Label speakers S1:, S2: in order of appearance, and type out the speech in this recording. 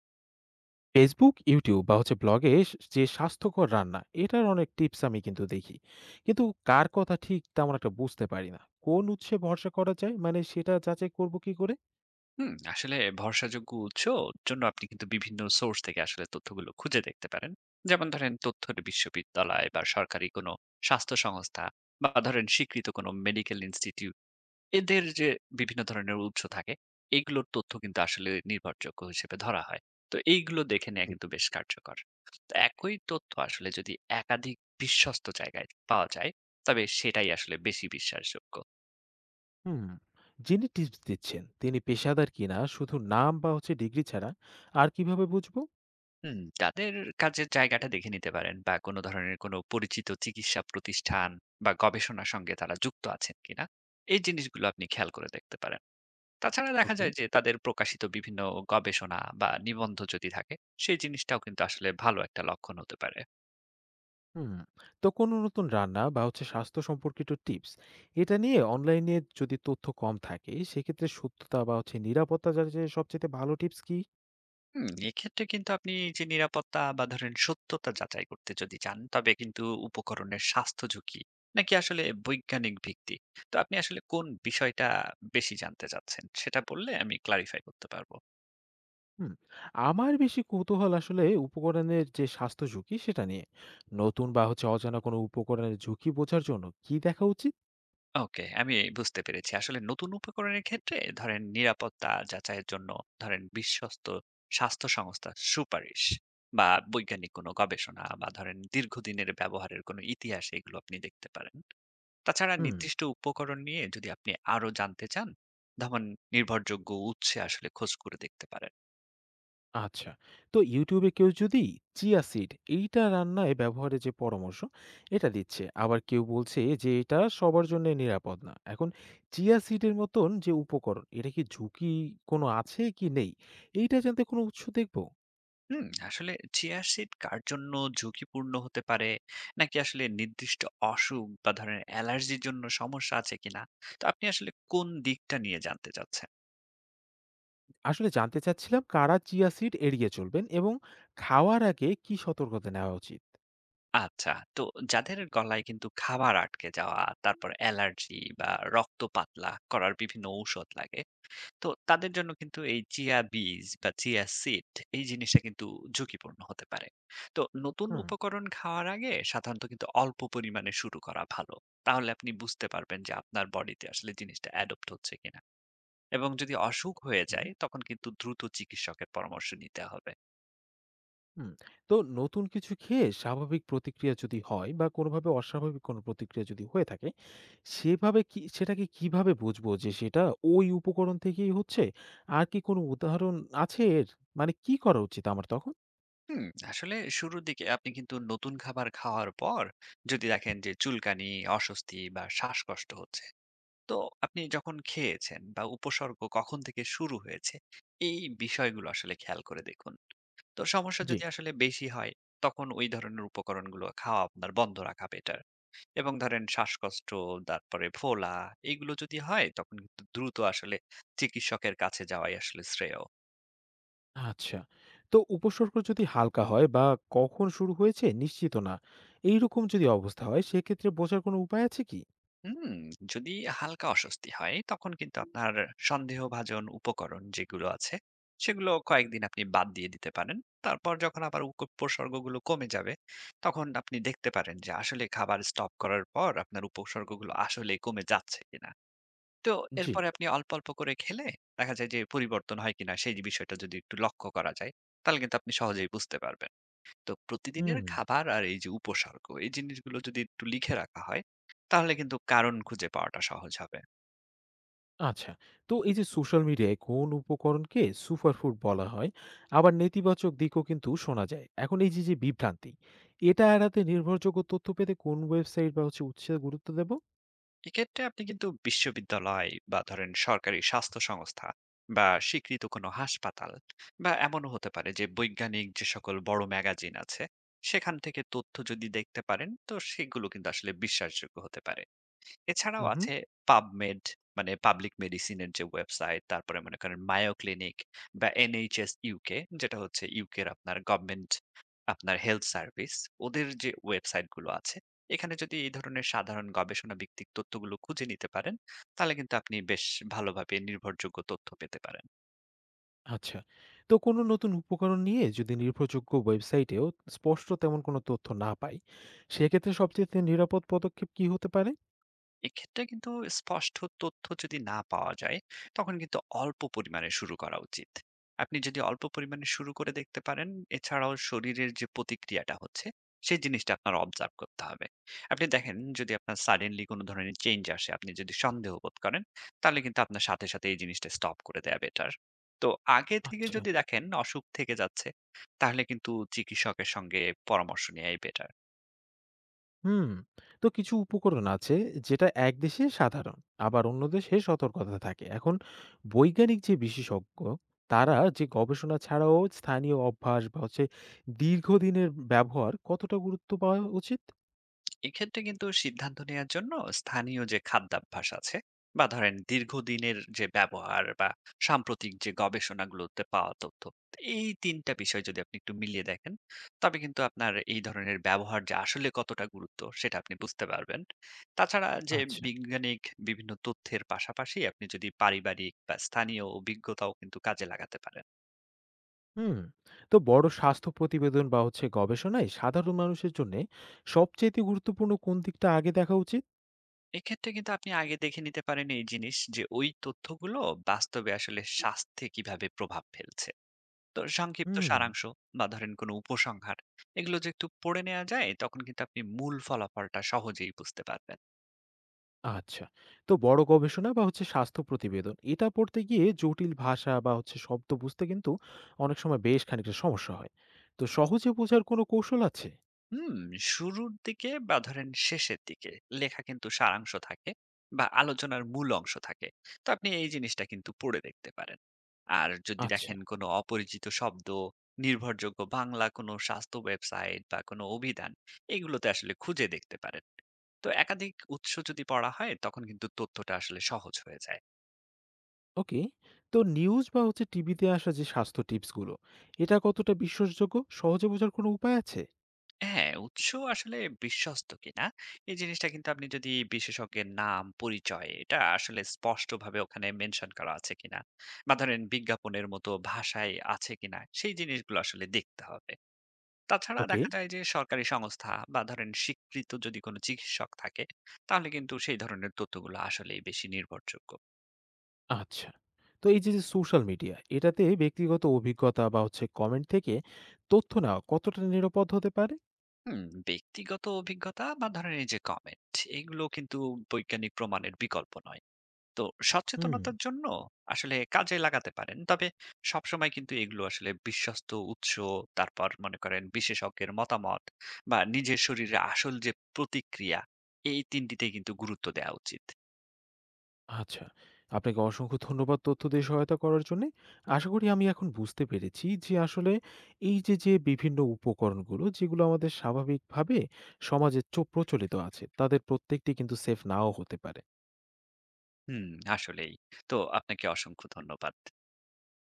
S1: Facebook, YouTube বা হচ্ছে ব্লগে স যে স্বাস্থ্যকর রান্না, এটার অনেক টিপস আমি কিন্তু দেখি। কিন্তু কার কথা ঠিক তেমন একটা বুঝতে পারি না। কোন উৎসে ভরসা করা যায়? মানে সেটা যাচাই করব কি করে?
S2: হুম, আসলে ভরসাযোগ্য উৎস জন্য আপনি কিন্তু বিভিন্ন সোর্স থেকে আসলে তথ্যগুলো খুঁজে দেখতে পারেন। যেমন ধরেন তথ্যের বিশ্ববিদ্যালয় বা সরকারি কোনো স্বাস্থ্য সংস্থা বা ধরেন স্বীকৃত কোনো মেডিকেল ইনস্টিটিউট, এদের যে বিভিন্ন ধরনের উৎস থাকে, এইগুলোর তথ্য কিন্তু আসলে নির্ভরযোগ্য হিসেবে ধরা হয়। তো এইগুলো দেখে নেওয়া
S1: জি।
S2: কিন্তু বেশ কার্যকর। তো একই তথ্য আসলে যদি একাধিক বিশ্বস্ত জায়গায় পাওয়া যায়, তবে সেটাই আসলে বেশি বিশ্বাসযোগ্য।
S1: হুম, যিনি টিপস দিচ্ছেন তিনি পেশাদার কিনা শুধু নাম বা হচ্ছে ডিগ্রি ছাড়া আর কিভাবে বুঝবো?
S2: হুম, তাদের কাজের জায়গাটা দেখে নিতে পারেন, বা কোনো ধরনের কোনো পরিচিত চিকিৎসা প্রতিষ্ঠান বা গবেষণার সঙ্গে তারা যুক্ত আছেন কিনা, এই জিনিসগুলো আপনি খেয়াল করে দেখতে পারেন। তাছাড়া দেখা
S1: ওকে।
S2: যায় যে তাদের প্রকাশিত বিভিন্ন গবেষণা বা নিবন্ধ যদি থাকে, সেই জিনিসটাও কিন্তু আসলে ভালো একটা লক্ষণ হতে পারে।
S1: হুম, তো কোনো নতুন রান্না বা হচ্ছে স্বাস্থ্য সম্পর্কিত টিপস এটা নিয়ে অনলাইনে যদি তথ্য কম থাকে সেক্ষেত্রে সত্যতা বা হচ্ছে নিরাপত্তা যাচাইয়ের সবচাইতে ভালো টিপস কি?
S2: হুম, এক্ষেত্রে কিন্তু আপনি এই যে নিরাপত্তা বা ধরেন সত্যতা যাচাই করতে যদি চান, তবে কিন্তু উপকরণের স্বাস্থ্য ঝুঁকি নাকি আসলে বৈজ্ঞানিক ভিত্তি, তো আপনি আসলে কোন বিষয়টা বেশি জানতে চাচ্ছেন সেটা বললে আমি ক্লারিফাই করতে পারবো।
S1: হুম, আমার বেশি কৌতূহল আসলে উপকরণের যে স্বাস্থ্য ঝুঁকি সেটা নিয়ে। নতুন বা হচ্ছে অজানা কোনো উপকরণের ঝুঁকি বোঝার জন্য কি দেখা উচিত?
S2: ওকে, আমি বুঝতে পেরেছি। আসলে নতুন উপকরণের ক্ষেত্রে ধরেন নিরাপত্তা যাচাইয়ের জন্য ধরেন বিশ্বস্ত স্বাস্থ্য সংস্থার সুপারিশ বা বৈজ্ঞানিক কোনো গবেষণা বা ধরেন দীর্ঘদিনের ব্যবহারের কোনো ইতিহাস, এগুলো আপনি দেখতে পারেন। তাছাড়া
S1: হুম।
S2: নির্দিষ্ট উপকরণ নিয়ে যদি আপনি আরো জানতে চান, তখন নির্ভরযোগ্য উৎসে আসলে খোঁজ করে দেখতে পারেন।
S1: আচ্ছা, তো ইউটিউবে কেউ যদি চিয়া সিড এইটা রান্নায় ব্যবহারের যে পরামর্শ এটা দিচ্ছে আবার কেউ বলছে যে এটা সবার জন্য নিরাপদ না। এখন চিয়া সিডের মতন যে উপকরণ, এটা কি ঝুঁকি কোনো আছে কি নেই, এইটা জানতে কোনো উৎস দেখবো?
S2: হুম, আসলে চিয়া সিড কার জন্য ঝুঁকিপূর্ণ হতে পারে নাকি আসলে নির্দিষ্ট অসুখ বা ধরেন অ্যালার্জির জন্য সমস্যা আছে কিনা, তো আপনি আসলে কোন দিকটা নিয়ে জানতে চাচ্ছেন?
S1: আসলে জানতে চাচ্ছিলাম কারা চিয়া সিড এড়িয়ে চলবেন এবং খাওয়ার আগে কি সতর্কতা নেওয়া উচিত?
S2: আচ্ছা, তো যাদের গলায় কিন্তু খাবার আটকে যাওয়া, তারপর অ্যালার্জি বা রক্ত পাতলা করার বিভিন্ন ঔষধ লাগে, তো তাদের জন্য কিন্তু এই চিয়া বীজ বা চিয়া সিড এই জিনিসটা কিন্তু ঝুঁকিপূর্ণ হতে পারে। তো নতুন
S1: হুম।
S2: উপকরণ খাওয়ার আগে সাধারণত কিন্তু অল্প পরিমাণে শুরু করা ভালো। তাহলে আপনি বুঝতে পারবেন যে আপনার বডিতে আসলে জিনিসটা অ্যাডপ্ট হচ্ছে কিনা। এবং যদি অসুখ হয়ে
S1: ওকে।
S2: যায় তখন কিন্তু দ্রুত চিকিৎসকের পরামর্শ নিতে হবে।
S1: হুম, তো নতুন কিছু খেয়ে স্বাভাবিক প্রতিক্রিয়া যদি হয় বা কোনোভাবে অস্বাভাবিক কোনো প্রতিক্রিয়া যদি হয়ে থাকে, সেভাবে কি সেটাকে কিভাবে বুঝবো যে সেটা ওই উপকরণ থেকেই হচ্ছে? আর কি কোনো উদাহরণ আছে এর? মানে কি করা উচিত আমার তখন?
S2: হুম, আসলে শুরুর দিকে আপনি কিন্তু নতুন খাবার খাওয়ার পর যদি দেখেন যে চুলকানি, অস্বস্তি বা শ্বাসকষ্ট হচ্ছে, তো আপনি যখন খেয়েছেন বা উপসর্গ কখন থেকে শুরু হয়েছে, এই বিষয়গুলো আসলে খেয়াল করে দেখুন। তো সমস্যা
S1: জি।
S2: যদি আসলে বেশি হয়, তখন ওই ধরনের উপকরণগুলো খাওয়া আপনার বন্ধ রাখা বেটার। এবং ধরেন শ্বাসকষ্ট, তারপরে ফোলা, এগুলো যদি হয় তখন কিন্তু দ্রুত আসলে চিকিৎসকের কাছে যাওয়াই আসলে শ্রেয়।
S1: আচ্ছা, তো উপসর্গ যদি হালকা হয় বা কখন শুরু হয়েছে নিশ্চিত না, এইরকম যদি অবস্থা হয় সেক্ষেত্রে বোঝার কোনো উপায় আছে কি?
S2: হুম, যদি হালকা অস্বস্তি হয় তখন কিন্তু আপনার সন্দেহভাজন উপকরণ যেগুলো আছে সেগুলো কয়েকদিন আপনি বাদ দিয়ে দিতে পারেন। তারপর যখন আবার উপসর্গগুলো কমে যাবে, তখন আপনি দেখতে পারেন যে আসলে খাবার স্টপ করার পর আপনার উপসর্গগুলো আসলে কমে যাচ্ছে কিনা। তো
S1: জি।
S2: এরপরে আপনি অল্প অল্প করে খেলে দেখা যায় যে পরিবর্তন হয় কিনা, সেই বিষয়টা যদি একটু লক্ষ্য করা যায়, তাহলে কিন্তু আপনি সহজেই বুঝতে পারবেন। তো প্রতিদিনের
S1: হুম।
S2: খাবার আর এই যে উপসর্গ, এই জিনিসগুলো যদি একটু লিখে রাখা হয়, তাহলে কিন্তু কারণ খুঁজে পাওয়াটা সহজ হবে।
S1: আচ্ছা। তো এই যে সোশ্যাল মিডিয়ায় কোন উপকরণকে সুপার ফুড বলা হয়, আবার নেতিবাচক দিকও কিন্তু শোনা যায়। এখন এই যে, যে বিভ্রান্তি, এটা এড়াতে নির্ভরযোগ্য তথ্য পেতে কোন ওয়েবসাইট বা হচ্ছে উৎসে গুরুত্ব দেব?
S2: এক্ষেত্রে আপনি কিন্তু বিশ্ববিদ্যালয় বা ধরেন সরকারি স্বাস্থ্য সংস্থা বা স্বীকৃত কোনো হাসপাতাল, বা এমনও হতে পারে যে বৈজ্ঞানিক যে সকল বড় ম্যাগাজিন আছে, সেখান থেকে তথ্য যদি দেখতে পারেন, তো সেগুলো কিন্তু আসলে বিশ্বাসযোগ্য হতে পারে। এছাড়াও
S1: হুম।
S2: আছে PubMed, মানে পাবলিক মেডিসিনের যে ওয়েবসাইট, তারপরে মনে করেন Mayo Clinic বা NHS UK, যেটা হচ্ছে ইউকের আপনার গভর্নমেন্ট আপনার হেলথ সার্ভিস, ওদের যে ওয়েবসাইট গুলো আছে, এখানে যদি এই ধরনের সাধারণ গবেষণা ভিত্তিক তথ্যগুলো খুঁজে নিতে পারেন, তাহলে কিন্তু আপনি বেশ ভালোভাবে নির্ভরযোগ্য তথ্য পেতে পারেন।
S1: আচ্ছা। তো কোনো নতুন উপকরণ নিয়ে যদি নির্ভরযোগ্য ওয়েবসাইটেও স্পষ্ট তেমন কোনো তথ্য না পাই, সেক্ষেত্রে সবচাইতে নিরাপদ পদক্ষেপ কি হতে পারে?
S2: এক্ষেত্রে কিন্তু স্পষ্ট তথ্য যদি না পাওয়া যায়, তখন কিন্তু অল্প পরিমাণে শুরু করা উচিত। আপনি যদি অল্প পরিমাণে শুরু করে দেখতে পারেন, এছাড়াও শরীরের যে প্রতিক্রিয়াটা হচ্ছে সেই জিনিসটা আপনার অবজার্ভ করতে হবে। আপনি দেখেন যদি আপনার সাডেনলি কোনো ধরনের চেঞ্জ আসে, আপনি যদি সন্দেহ বোধ করেন, তাহলে কিন্তু আপনার সাথে সাথে এই জিনিসটা স্টপ করে দেয়া বেটার। তো আগে থেকে
S1: আচ্ছা।
S2: যদি দেখেন অসুখ থেকে যাচ্ছে, তাহলে কিন্তু চিকিৎসকের সঙ্গে পরামর্শ নেওয়াই বেটার।
S1: হুম, তো কিছু উপকরণ আছে যেটা এক দেশে সাধারণ আবার অন্য দেশে সতর্কতা থাকে। এখন বৈজ্ঞানিক যে বিশেষজ্ঞ তারা যে গবেষণা ছাড়াও স্থানীয় অভ্যাস বা হচ্ছে দীর্ঘদিনের ব্যবহার কতটা গুরুত্ব পাওয়া উচিত?
S2: এক্ষেত্রে কিন্তু সিদ্ধান্ত নেওয়ার জন্য স্থানীয় যে খাদ্যাভ্যাস আছে, বা ধরেন দীর্ঘদিনের যে ব্যবহার, বা সাম্প্রতিক যে গবেষণাগুলোতে পাওয়া তথ্য, এই তিনটা বিষয় যদি আপনি একটু মিলিয়ে দেখেন, তবে কিন্তু আপনার এই ধরনের ব্যবহার যে আসলে কতটা গুরুত্ব সেটা আপনি বুঝতে পারবেন। তাছাড়া যে
S1: আচ্ছা।
S2: বৈজ্ঞানিক বিভিন্ন তথ্যের পাশাপাশি আপনি যদি পারিবারিক বা স্থানীয় অভিজ্ঞতাও কিন্তু কাজে লাগাতে পারেন।
S1: হুম, তো বড় স্বাস্থ্য প্রতিবেদন বা হচ্ছে গবেষণায় সাধারণ মানুষের জন্য সবচেয়ে গুরুত্বপূর্ণ কোন দিকটা আগে দেখা উচিত?
S2: এক্ষেত্রে কিন্তু আপনি আগে দেখে নিতে পারেন এই জিনিস যে ওই তথ্যগুলো বাস্তবে আসলে স্বাস্থ্যে কিভাবে প্রভাব ফেলছে। তো সংক্ষিপ্ত
S1: হুম।
S2: সারাংশ বা ধরেন কোনো উপসংহার, এগুলো যে একটু পড়ে নেওয়া যায় তখন কিন্তু আপনি মূল ফলাফলটা সহজেই বুঝতে পারবেন।
S1: আচ্ছা। তো বড় গবেষণা বা হচ্ছে স্বাস্থ্য প্রতিবেদন এটা পড়তে গিয়ে জটিল ভাষা বা হচ্ছে শব্দ বুঝতে কিন্তু অনেক সময় বেশ খানিকটা সমস্যা হয়। তো সহজে বোঝার কোনো কৌশল আছে?
S2: হুম, শুরুর দিকে বা ধরেন শেষের দিকে লেখা কিন্তু সারাংশ থাকে, বা আলোচনার মূল অংশ থাকে, তো আপনি এই জিনিসটা কিন্তু পড়ে দেখতে পারেন। আর যদি
S1: আচ্ছা,
S2: দেখেন কোনো অপরিচিত শব্দ, নির্ভরযোগ্য বাংলা কোনো স্বাস্থ্য ওয়েবসাইট বা কোনো অভিধান, এগুলোতে আসলে খুঁজে দেখতে পারেন। তো একাধিক উৎস যদি পড়া হয় তখন কিন্তু তথ্যটা আসলে সহজ হয়ে যায়।
S1: ওকে। তো নিউজ বা হচ্ছে টিভিতে আসা যে স্বাস্থ্য টিপসগুলো, এটা কতটা বিশ্বাসযোগ্য? সহজে বোঝার কোনো উপায় আছে?
S2: হ্যাঁ, উৎস আসলে বিশ্বস্ত কিনা এই জিনিসটা কিন্তু আপনি যদি বিশেষজ্ঞের নাম, পরিচয় এটা আসলে স্পষ্টভাবে ওখানে মেনশন করা আছে কিনা, বা ধরেন বিজ্ঞাপনের মতো ভাষায় আছে কিনা, সেই জিনিসগুলো আসলে দেখতে হবে। তাছাড়া
S1: ওকে,
S2: দেখা যায় যে সরকারি সংস্থা বা ধরেন স্বীকৃত যদি কোনো চিকিৎসক থাকে, তাহলে কিন্তু সেই ধরনের তথ্যগুলো আসলেই বেশি নির্ভরযোগ্য।
S1: আচ্ছা। তো এই যে, যে সোশ্যাল মিডিয়া, এটাতে ব্যক্তিগত অভিজ্ঞতা বা হচ্ছে কমেন্ট থেকে তথ্য নেওয়া কতটা নিরাপদ হতে পারে?
S2: হুম, ব্যক্তিগত অভিজ্ঞতা বা ধরেন এই যে কমেন্ট, এগুলো কিন্তু বৈজ্ঞানিক প্রমাণের বিকল্প নয়। তো
S1: হুম।
S2: সচেতনতার জন্য আসলে কাজে লাগাতে পারেন। তবে সবসময় কিন্তু এগুলো আসলে বিশ্বস্ত উৎস, তারপর মনে করেন বিশেষজ্ঞের মতামত, বা নিজের শরীরে আসল যে প্রতিক্রিয়া, এই ৩ টিতে কিন্তু গুরুত্ব দেওয়া উচিত।
S1: আচ্ছা। আপনাকে অসংখ্য ধন্যবাদ তথ্য দিয়ে সহায়তা করার জন্যে। আশা করি আমি এখন বুঝতে পেরেছি যে আসলে এই যে, যে বিভিন্ন উপকরণগুলো যেগুলো আমাদের স্বাভাবিকভাবে সমাজে চো প্রচলিত আছে, তাদের প্রত্যেকটি কিন্তু সেফ নাও হতে পারে।
S2: হুম, আসলেই। তো আপনাকে অসংখ্য ধন্যবাদ।